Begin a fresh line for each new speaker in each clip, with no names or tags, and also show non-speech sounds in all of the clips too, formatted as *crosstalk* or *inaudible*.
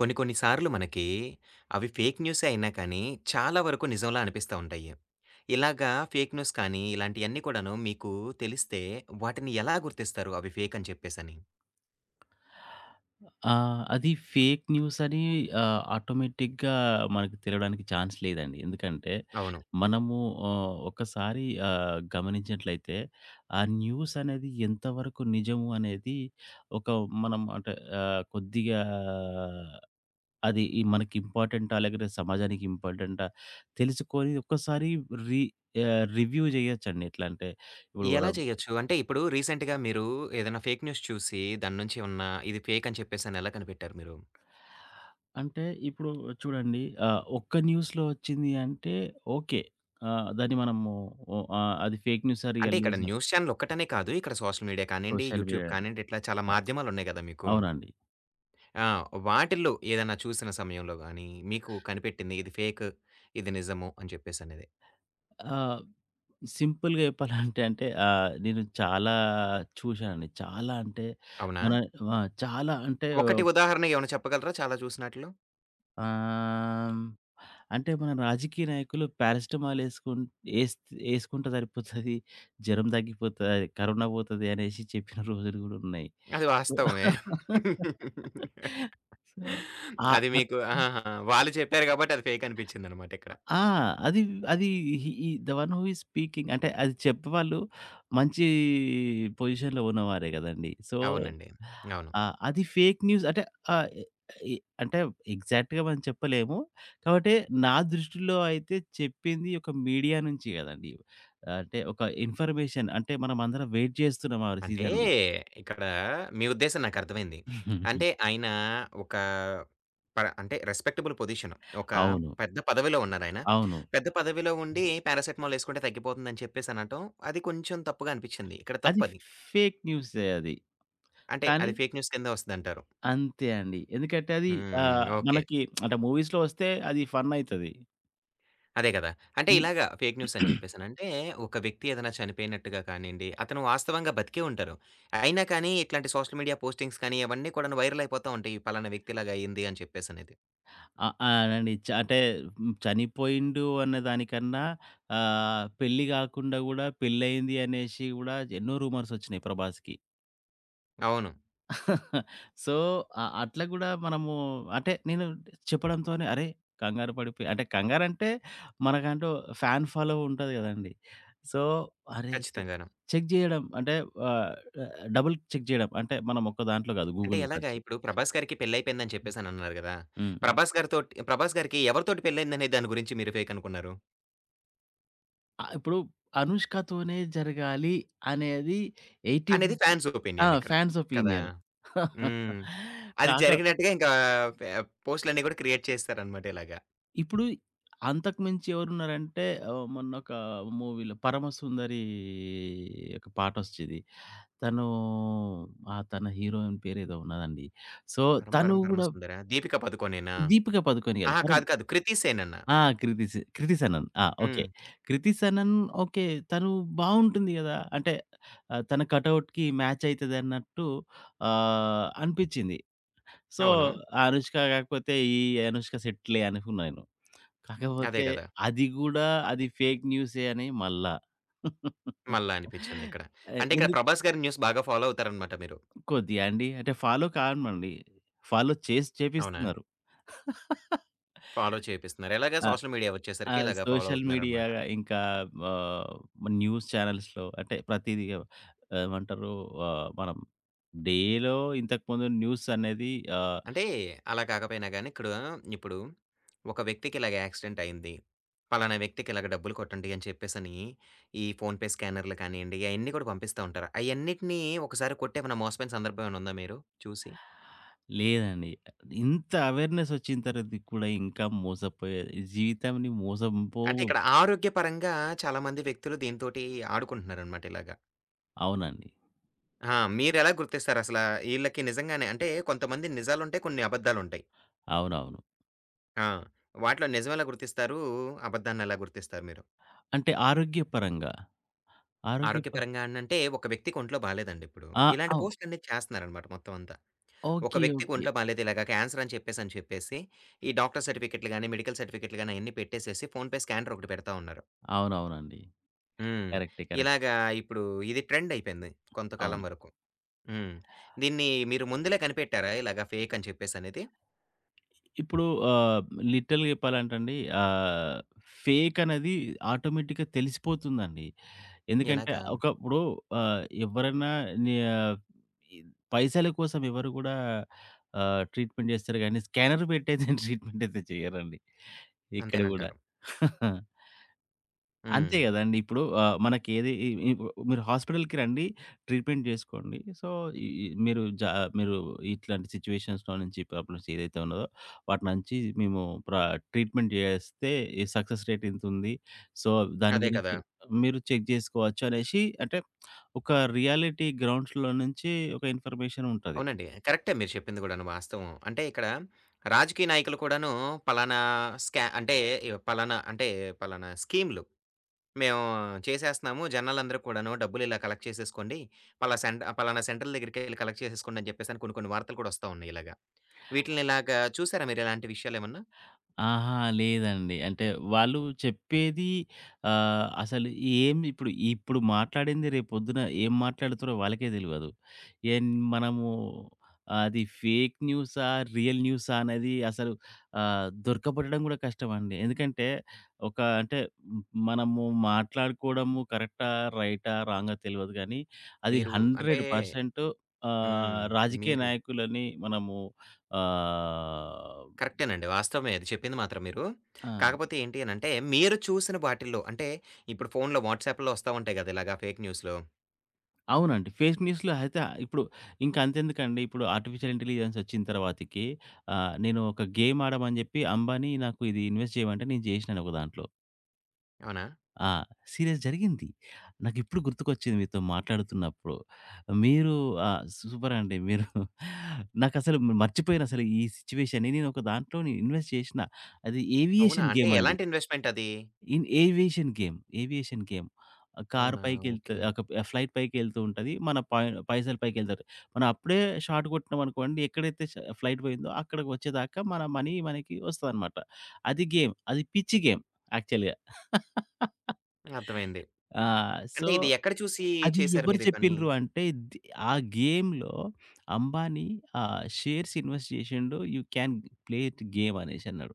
కొన్ని కొన్ని సార్లు మనకి అవి ఫేక్ న్యూసే అయినా కానీ, చాలా వరకు నిజంలా అనిపిస్తా ఉంటాయి. ఇలాగా ఫేక్ న్యూస్ కానీ, ఇలాంటియన్నీ కూడాను మీకు తెలిస్తే వాటిని ఎలా గుర్తిస్తారు అవి ఫేక్ అని చెప్పేసని?
ఆ! అది ఫేక్ న్యూస్ అని ఆటోమేటిక్‌గా మనకు తెలవడానికి ఛాన్స్ లేదండి. ఎందుకంటే
అవును.
మనము ఒకసారి గమనించినట్లయితే ఆ న్యూస్ అనేది ఎంతవరకు నిజము అనేది ఒక మనం అంటే కొద్దిగా అది ఈ మనకి ఇంపార్టెంటా? లేకపోతే సమాజానికి ఇంపార్టెంటా? తెలుసుకొని ఒక్కసారి రి రివ్యూ చేయొచ్చండి. ఎట్లా అంటే ఇప్పుడు
ఎలా
మనం
చేయొచ్చు? అంటే ఇప్పుడు రీసెంట్‌గా మీరు ఏదైనా ఫేక్ న్యూస్ చూసి దాని నుంచి ఏమన్నా ఇది ఫేక్ అని చెప్పేసని ఎలా కనిపెట్టారు మీరు?
అంటే ఇప్పుడు చూడండి. ఒక్క న్యూస్‌లో వచ్చింది అంటే ఓకే. దాన్ని మనము అది ఫేక్ న్యూసా?
అంటే
రియల్
ఇక్కడ
న్యూసా?
న్యూస్ ఛానెల్ ఒక్కటనే కాదు. ఇక్కడ సోషల్ మీడియా కానియండి,
సోషల్
యూట్యూబ్
మీడియా. అ
కానియండి, ఇట్లా చాలా మాధ్యమాలున్నాయి గదా మీకు.
అవునండి.
ఆ! వాటిల్లో ఏదన్నా చూసిన సమయంలో గాని, మీకు కనిపెట్టింది ఇది ఫేక్, ఇది నిజము అని చెప్పేసనేది.
ఆహ్, సింపుల్‌గా చెప్పాలంటే అంటే నేను చాలా చూశానండి. చాలా అంటే
అవునా?
మన ఆ! చాలా అంటే
ఒకటి ఉదాహరణ ఏమైనా చెప్పగలరా చాలా చూసినాటిలో?
ఆహ్, అంటే మన రాజకీయ నాయకులు పారాసిటమాల్ ఏసుకున్ ఏస్ ఏసుకుంటే సరిపోతది. జ్వరం తగ్గిపోతది. కరోనా పోతది అనేసి చెప్పిన రోజులు కూడా ఉన్నాయి.
అది
సో,
వాస్తవమే.
సో, ఆహ్,
అది
అత్
మీకు ఆహాహా! వాళ్ళు చెప్పారు కాబట్టి అది ఫేక్ అనిపించిందనమాట ఇక్కడ.
ఆ! అది అది ఈ the one who is speaking అంటే అది చెప్పేవాళ్ళు మంచి పొజిషన్‌లో ఉన్నవారే గదండీ. సో,
అవునండి. అవును.
అది ఫేక్ న్యూస్ అంటే ఆహ్, ఎ అంటే ఎగ్జాక్ట్‌గా మనం చెప్పలేము. కాబట్టి నా దృష్టిలో అయితే చెప్పింది ఒక మీడియా నుంచి గదండీ. అంటే ఒక ఇన్ఫర్మేషన్ అంటే మనమందరం వెయిట్ జేస్తున్నాం ఆ
అంటే
సీజన్‌లో.
ఇక్కడ మీ ఉద్దేశ్యం నాకర్థమైంది. అంటే
*laughs*
ఆయన ఒక ప అంటే రెస్పెక్టబుల్ పొజిషన్. ఒక
అవును.
పెద్ద పదవిలో ఉన్నారాయన.
అవును.
పెద్ద పదవిలో ఉండి పారాసిటమాల్ యేసుకుంటే తగ్గిపోతుందని చెప్పేసనటం, అది కొంచెం తప్పుగా అనిపిచ్చింది. ఇక్కడ
అది
తప్పది.
ఫేక్ న్యూసే అది.
అంటే
కానీ
అది ఫేక్ న్యూస్ కింద వస్తదంటారు.
అంతే అండి. ఎందుకంటే అది
హ్మ్. ఓకే.
మనకి అంటే మూవీస్‌లో వస్తే అది ఫన్ అయితది.
అదే గదా! అంటే
హ్మ్.
ఇలాగా ఫేక్ న్యూస్ అని చెప్పేసనంటే, ఒక వ్యక్తి ఏదైనా చనిపోయినట్టుగా కానియండి, అతను వాస్తవంగా బతికే ఉంటారు. అయినా కానీ ఇట్లాంటి సోషల్ మీడియా పోస్టింగ్స్ కానీ అవన్నీ కూడాను వైరల్ అయిపోతా ఉంటాయి. ఈ పలానా వ్యక్తి ఇలాగ అయింది అని చెప్పేసనేది.
ఆ! అవునండి. చ అంటే హ్మ్. చనిపోయిండు అనే దానికన్నా పెళ్లి గాకుండా గూడా పెళ్లయింది అనేసి గూడా ఎన్నో రూమర్స్ ఒచ్చినాయి ప్రభాస్‌కి.
అవును.
సో, అట్లా గూడా మనము నేను చెప్పడంతోనే అరే! కంగారు పడిపోయి అంటే కంగారంటే మనకంటూ ఫ్యాన్ ఫాలో ఉంటది గదండీ. సో, అరే! చె
ఖచ్చితంగాను.
చెక్ జేయడం అంటే ఆహ్, డబుల్ చెక్ జేయడం. అంటే మనం ఒక్క దాంట్లో గాదు,
అంటే
గూగుల్‌లో
ఎలాగా
సెర్చ్.
ఇప్పుడు 'ప్రభాస్' గారికి పెళ్లయిపోయిందని చెప్పేసనన్నారు గదా!
హ్మ్. హ్మ్.
'ప్రభాస్' గారితోటి 'ప్రభాస్' గారికి ఎవరితోటి పెళ్లయిందనే దాని గురించి మీరు ఫేక్ అనుకున్నారు?
ఇప్పుడు 'అనుష్కతోనే జరగాలి' అనేది 80.
అనేది ఫ్యాన్స్
ఆ!
ఒపీనియన్ ఇక్కడ.
ఫ్యాన్స్
కదా!
ఒపీనియన్.
హ్మ్.
*laughs*
అది
కాక
జరిగినట్టుగా ఇంకా ఫే పోస్ట్‌లన్నీ గూడా క్రియేట్ చేసేసారనమాట ఇలాగా.
ఇప్పుడు అంతకు మించి ఎవరున్నారంటే మొన్నొక మూవీలో 'పరమసుందరి' ఒక పాటొచ్చేది. తను ఆ! తన హీరోయిన్ పేరేదో ఉన్నదండి. సో,
'పరం
తను
పరం పరమ
గూడా
సుందర' 'దీపిక పదుకొనేనా?'
'దీపిక పదుకొనె' గాదు.
అహా! కాదు కాదు. 'కృతి సేనన.'
ఆ! 'కృతి సనన్'. ఆ!
హ్మ్.
ఓకే. 'కృతి సనన్'. ఓకే. తను బావుంటుంది గదా! అంటే తన కటౌట్‌కి మ్యాచ్ అయితదన్నట్టు అనిపిచ్చింది. సో,
అవును.
ఆ 'అనుష్క' గాకపోతే ఈ 'అనుష్క' సెట్‌లే అనుకున్నా నేను.
అదే
కాకపోతే
గదా!
అది గూడా అది ఫేక్ న్యూసే అని మళ్ళా.
మళ్ళా అనిపిచ్చిందిక్కడ. అంటే ఇక్కడ
ఎందుకు
'ప్రభాస్' గారి న్యూస్ బాగా ఫాలో అవుతారనమాట మీరు.
కొద్దిగా అండి. అంటే ఫాలో కామండి. ఫాలో చేసి
అవునా?
చేపిస్తున్నారు.
ఫాలో చేపిస్తున్నారు. ఎలాగా
ఆ!
సోషల్ మీడియా
ఆ
వచ్చేసరికి ఇలాగా ఫాలో
సోషల్ మీడియా
అవుతున్నారనమాట.
ఇంకా ఆహ్, న్యూస్ ఛానల్స్‌లో అంటే ప్రతీది ఏమంటారు మనం డేలో ఇంతకుముందు న్యూస్ అనేది ఆహ్,
అంటే అలా కాకపోయినా గానీ ఇక్కడ ఇప్పుడు ఒక వ్యక్తికి ఇలాగ యాక్సిడెంట్ అయింది. పలానా వ్యక్తికి ఇలాగ డబ్బులు కొట్టండి అని చెప్పేసని ఈ ఫోన్‌పే స్కానర్‌లు కానియండి, అయన్నీ కూడా పంపిస్తా ఉంటారు. అయన్నిటిని ఒకసారి కొట్టి ఏమైనా మోసపోయిన సందర్భం ఏమైనా ఉందా మీరు చూసి?
లేదండి. ఇంత అవేర్‌నెస్ వచ్చిన తర్వాత కూడా ఇంకా మోసపోయేది. జీవితాన్ని మోసంపో.
అంటే ఇక్కడ ఆరోగ్యపరంగా చాలామంది వ్యక్తులు దీనితోటి ఆడుకుంటున్నారనమాట ఇలాగ.
అవునండి.
ఆ! మీరెలా గుర్తిస్తారసల ఈళ్ళకి నిజంగానే అంటే కొంతమంది నిజాలుంటాయి, కొన్ని అబద్దాలుంటాయి.
అవునవును.
ఆ! వాటిలో నిజం ఎలా గుర్తిస్తారు? అబద్ధాన్ని ఎలా గుర్తిస్తారు మీరు?
అంటే ఆరోగ్యపరంగా. ఆరోగ్యప
ఆరోగ్యపరంగా అని అంటే ఒక వ్యక్తికి ఒంట్లో బాలేదండి ఇప్పుడు.
ఆ!
ఇలాంటి
అవ్
పోస్ట్‌లన్నీ చేస్తున్నారనమాట మొత్తం అంతా. ఒక
ఓకే.
వ్యక్తికి
ఓకే.
ఒంట్లో బాలేదు ఇలాగ క్యాన్సర్ అని చెప్పేసి, అని చెప్పేసి ఈ డాక్టర్ సర్టిఫికేట్‌లు గాని, మెడికల్ సర్టిఫికేట్‌లు గాని అయన్నీ పెట్టేసేసి ఫోన్‌పే స్కానర్ ఒకటి పెడతా ఉన్నారు.
అవునవునండి.
హ్మ్.
కరెక్టే. కరెక్టే.
ఇలాగా ఇప్పుడు ఇది ట్రెండ్ అయిపోయింది కొంతకాలం
అవును.
వరకు. హ్మ్. దీన్ని మీరు ముందులే కనిపెట్టారా? ఇలాగ ఫేక్ అని చెప్పేసనేది?
ఇప్పుడు ఆహ్, లిటరల్‌గా చెప్పాలంటండి ఆహ్, ఫేక్ అనేది ఆటోమేటిక్‌గా తెలిసిపోతుందండి. ఎందుకంటే
ఎలాగా?
ఒకప్పుడు ఎవరన్నా ని ఆహ్, పైసల కోసం ఎవరు కూడా ట్రీట్‌మెంట్ చేస్తారు గానీ స్కానర్ పెట్టైతే ట్రీట్‌మెంట్ *laughs* అయితే చేయరండి. ఇక్కడ గూడా.
అంతేనంటారు.
అంతే
హ్మ్.
గదండీ. ఇప్పుడు మనకేది ఇ ఇ మీరు హాస్పిటల్‌కి రండి, ట్రీట్‌మెంట్ జేసుకోండి. సో, ఈ ఈ మీరు ఇట్లాంటి సిట్యుయేషన్స్‌లో నుంచి ప్రాబ్లమ్స్ ఏదైతే ఉన్నదో, వాటి నుంచి మేము ప్ర ట్రీట్‌మెంట్ జేస్తే ఈ సక్సెస్ రేట్ ఇంతుంది. సో, దాని
అదే కదా!
గురించి మీరు చెక్ జేసుకోవచ్చు అనేసి అంటే, ఒక రియాలిటీ గ్రౌండ్స్‌లో నుంచి ఒక ఇన్ఫర్మేషన్ ఉంటది.
అవునండి. కరెక్టే మీరు చెప్పింది గూడాను వాస్తవం. అంటే ఇక్కడ రాజకీయ నాయకులు కూడాను పలానా స్కా అంటే ఈ పలానా అంటే పలానా స్కీమ్‌లు మేము చేసేస్తున్నాము. జనాలందరూ కూడాను డబ్బులు ఇలా కలెక్ట్ చేసేసుకోండి. పలానా సెంట్రల్ దగ్గరికెళ్ళి కలెక్ట్ చేసేసుకోండి అని చెప్పేసని కొన్ని కొన్ని వార్తలు కూడా వస్తా ఉన్నాయి ఇలాగా. వీటిల్ని ఇలాగా చూసారా మీరు ఇలాంటి విషయాలేమన్నా?
ఆహా! లేదండి. అంటే వాళ్ళు చెప్పేది అసలు ఇప్పుడు మాట్లాడింది రేపొద్దున ఏం మాట్లాడుతారో వాళ్ళకే తెలవదు. మనము అది ఫేక్ న్యూసా? రియల్ న్యూసా? అనేది అసలు దొరకబడడం కూడా కష్టమండి. ఎందుకంటే ఒక అంటే మ్, మనము మాట్లాడుకోవడము కరెక్టా? రైటా? రాంగా? తెలవదు గానీ అది
మీరు అంటే
100%
హ్మ్.
రాజకీయ
మీరు
నాయకులని మనము ఆహ్,
కరెక్టేనండి. వాస్తవమే అది చెప్పింది మాత్రం మీరు.
ఆ!
కాకపోతే ఏంటి అనంటే మీరు చూసిన వాటిల్లో అంటే ఇప్పుడు ఫోన్‌లో వాట్సాప్‌లో వస్తా ఉంటాయి గదా! ఇలాగా ఫేక్ న్యూస్‌లు.
అవునండి. ఫేక్ న్యూస్‌లో అయితే ఇప్పుడు ఇంక అంతెందుకండి. ఇప్పుడు ఆర్టిఫిషియల్ ఇంటెలిజెన్స్ వచ్చిన తర్వాతకి నేను ఒక గేమ్ ఆడమని జెప్పి అంబానీ నాకు ఇది ఇన్వెస్ట్ చేయమంటే నేను జేసినాను ఒక దాంట్లో.
అవునా?
ఆ! సీరియస్ జరిగింది. నాకిప్పుడు గుర్తుకొచ్చింది మీతో మాట్లాడుతున్నప్పుడు. మీరు సూపర్ అండి. నాకసలు మర్చిపోయానసలు ఈ సిట్యుయేషన్‌ని. నేను ఒక దాంట్లోని ఇన్వెస్ట్ చేసిన. అది
అవునా?
ఏవియేషన్
అంటే
గేమ్ అండి.
ఎలాంటి ఇన్వెస్ట్‌మెంట్ అది?
In aviation game. Aviation game. కారు
అవునా?
పైకెళ్తే
ఓకే.
ఒక ఫ్లైట్ పైకెళ్తూ ఉంటది. మన పాయ్ పైసలు పైకెళ్తారు. మనం అప్పుడే షార్ట్ కొట్టినామనుకోండి, ఎక్కడైతే ఫ్లైట్ పోయిందో అక్కడికి వచ్చేదాకా మన మనీ మనకి వస్తదనమాట. అది గేమ్. అది పిచ్చి గేమ్ యాక్చువల్‌గా.
అర్థమైంది.
ఆ! సో,
అంటే ఇది ఎక్కడ చూసి
అది
చేశారు
ఎవరు
మీరు ఈ పని?
చెప్పిండ్రు అంటే ది ఆ గేమ్‌లో అంబానీ షేర్స్ ఇన్వెస్ట్ చేసిండు. You can play it game అనేసన్నాడు.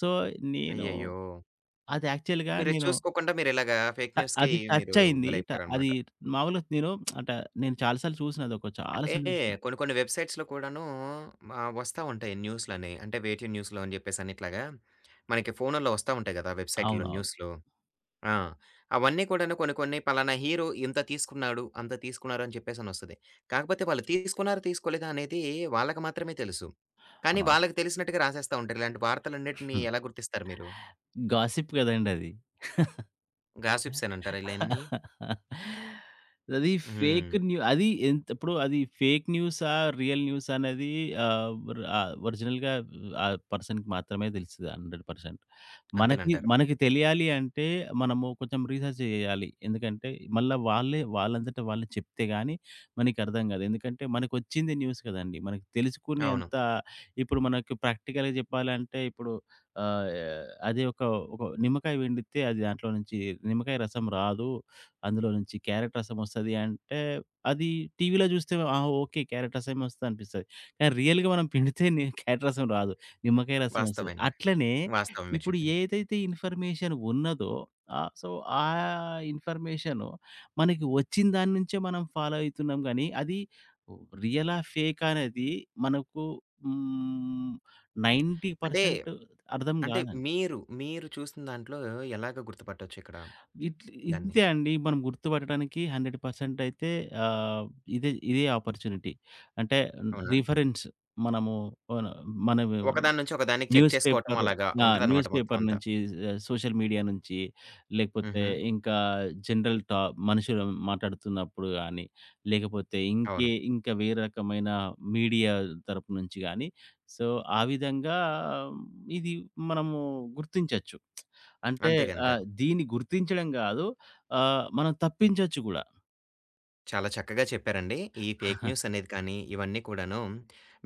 సో, నేను
అయ్యయ్యో!
అది యాక్చువల్‌గా
మీరది
నేను
చూసుకోకుండా మీరిలాగా ఫేక్ న్యూస్‌కి
అది టచ్
మీరు
అయింది. ట అది
బలైపోయారనమాట.
మామూలుగా అట నేను చాలా సార్లు చూసిన, చాలా
అంటే
సార్లు చూసిన.
కొన్ని కొన్ని వెబ్‌సైట్స్‌లో కూడాను వస్తా ఉంటాయి న్యూస్‌లని. అంటే వేటి న్యూస్‌లో అని చెప్పేసని ఇట్లాగా మనకి ఫోనుల్లో వస్తా ఉంటాయి కదా! వెబ్‌సైట్‌లో
అవునవును.
న్యూస్‌లు. ఆ! అవన్నీ కూడాను కొన్ని కొన్ని పలానా హీరో ఇంత తీసుకున్నాడు, అంత తీసుకున్నారు అని చెప్పేసనొస్తది. కాకపోతే వాళ్ళు తీసుకున్నారా, తీసుకోలేదా అనేది వాళ్ళకి మాత్రమే తెలుసు. కానీ
అవును.
వాళ్ళకి తెలిసినట్టుగా రాసేస్తా ఉంటారు. ఇలాంటి వార్తలన్నిటిని
హ్మ్.
ఎలా గుర్తిస్తారు మీరు?
గాసిప్ కదండీ అది.
గాసిప్స్ అనంటారా ఈలన్నీ?
*laughs* అది
హ్మ్.
ఫేక్ న్యూ అది ఎంత ఇప్పుడు అది ఫేక్ న్యూసా? రియల్ న్యూసా? అనేది ఒరిజినల్‌గా ఆ పర్సన్‌కి మాత్రమే తెలుస్తది 100%. మనకి
అంతేనంటారు.
మనకి తెలియాలి అంటే మనము కొంచెం రీసెర్చ్ చేయాలి. ఎందుకంటే మళ్ళా వాళ్ళే వాళ్ళంతట వాళ్ళు చెప్తే గాని మనకి అర్థం కాదు. ఎందుకంటే మనకొచ్చింది న్యూస్ కదండీ! మనకు
అవును.
తెలుసుకునేంత. మనకు ప్రాక్టికల్‌గా చెప్పాలంటే ఇప్పుడు ఆహ్, అది ఒక ఒక నిమ్మకాయ పిండితే అది దాంట్లో నుంచి నిమ్మకాయ రసం రాదు. అందులో నుంచి క్యారెట్ రసం వస్తది అంటే, అది టీవీలో చూస్తే ఆ! ఓకే. క్యారెట్ రసమే వస్తదనిపిస్తది. కానీ రియల్‌గా మనం పిండితే క్యారెట్ రసం రాదు. నిమ్మకాయ రసమే వస్తది.
వాస్తవేనండి.
అట్లనే
వాస్తవం మీరు
ఇప్పుడు
చెప్పింది.
ఏదైతే ఇన్ఫర్మేషన్ ఉన్నదో, సో, ఆ ఇన్ఫర్మేషను మనకి వచ్చిన దాని నుంచే మనం ఫాలో అయితున్నాం గానీ, అది రియలా? ఫేకా? అనేది మనకు హ్మ్,
అంటే,
90% అర్థం
అంటే,
గాదండి.
మీరు చూసిన దాంట్లో ఎలాగ గుర్తుపట్టొచ్చు ఇక్కడ? దాన్ని.
ఇంతే అండి. మనం గుర్తుపట్టడానికి 100% అయితే ఆహ్, ఇదే ఇదే ఆపర్చునిటీ. అంటే
అవునా?
రిఫరెన్స్ మనము మన మనము
ఒకదాని నుంచి ఒకదానికి చెక్
న్యూస్
చేసుకోవటం
పేపర్,
అలాగా
ఆ!
ఉంటదనమాట
న్యూస్
మొత్తం
పేపర్
అంతా.
నుంచి, సోషల్ మీడియా నుంచి, లేకపోతే
హుహు.
ఇంకా జనరల్ టా మనుషులు మాట్లాడుతున్నప్పుడు గాని, లేకపోతే
అవును.
ఇంకా వేరే రకమైన మీడియా తరపు నుంచి గాని, సో, ఆ విధంగా ఇది మనము గుర్తించొచ్చు. అంటే
అంతేగంటారు.
దీన్ని గుర్తించడం గాదు, మనం తప్పించొచ్చు గూడా.
చాలా చక్కగా చెప్పారండి. ఈ ఫేక్
*laughs*
న్యూస్ అనేది కానీ, ఇవన్నీ కూడాను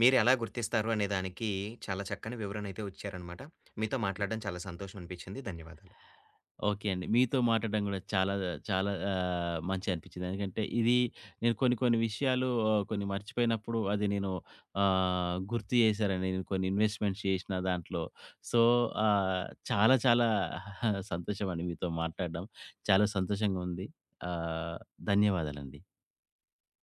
మీరెలా గుర్తిస్తారు అనే దానికి చాలా చక్కని వివరణ అయితే ఇచ్చారనమాట. మీతో మాట్లాడడం చాలా సంతోషం అనిపించింది. ధన్యవాదాలు.
ఓకే అండి. మీతో మాట్లాడడం గూడా చాలా చాలా మంచిగనిపించింది. ఎందుకంటే ఇది నేను కొన్ని కొన్ని విషయాలు కొన్ని మర్చిపోయినప్పుడు అది నేను గుర్తు చేశారండి. నేను కొన్ని ఇన్వెస్ట్‌మెంట్స్ చేసిన దాంట్లో. సో, ఆహ్, చాలా చాలా *laughs* సంతోషమండి మీతో మాట్లాడడం. చాలా సంతోషంగా ఉంది. ఆహ్, ధన్యవాదాలండి.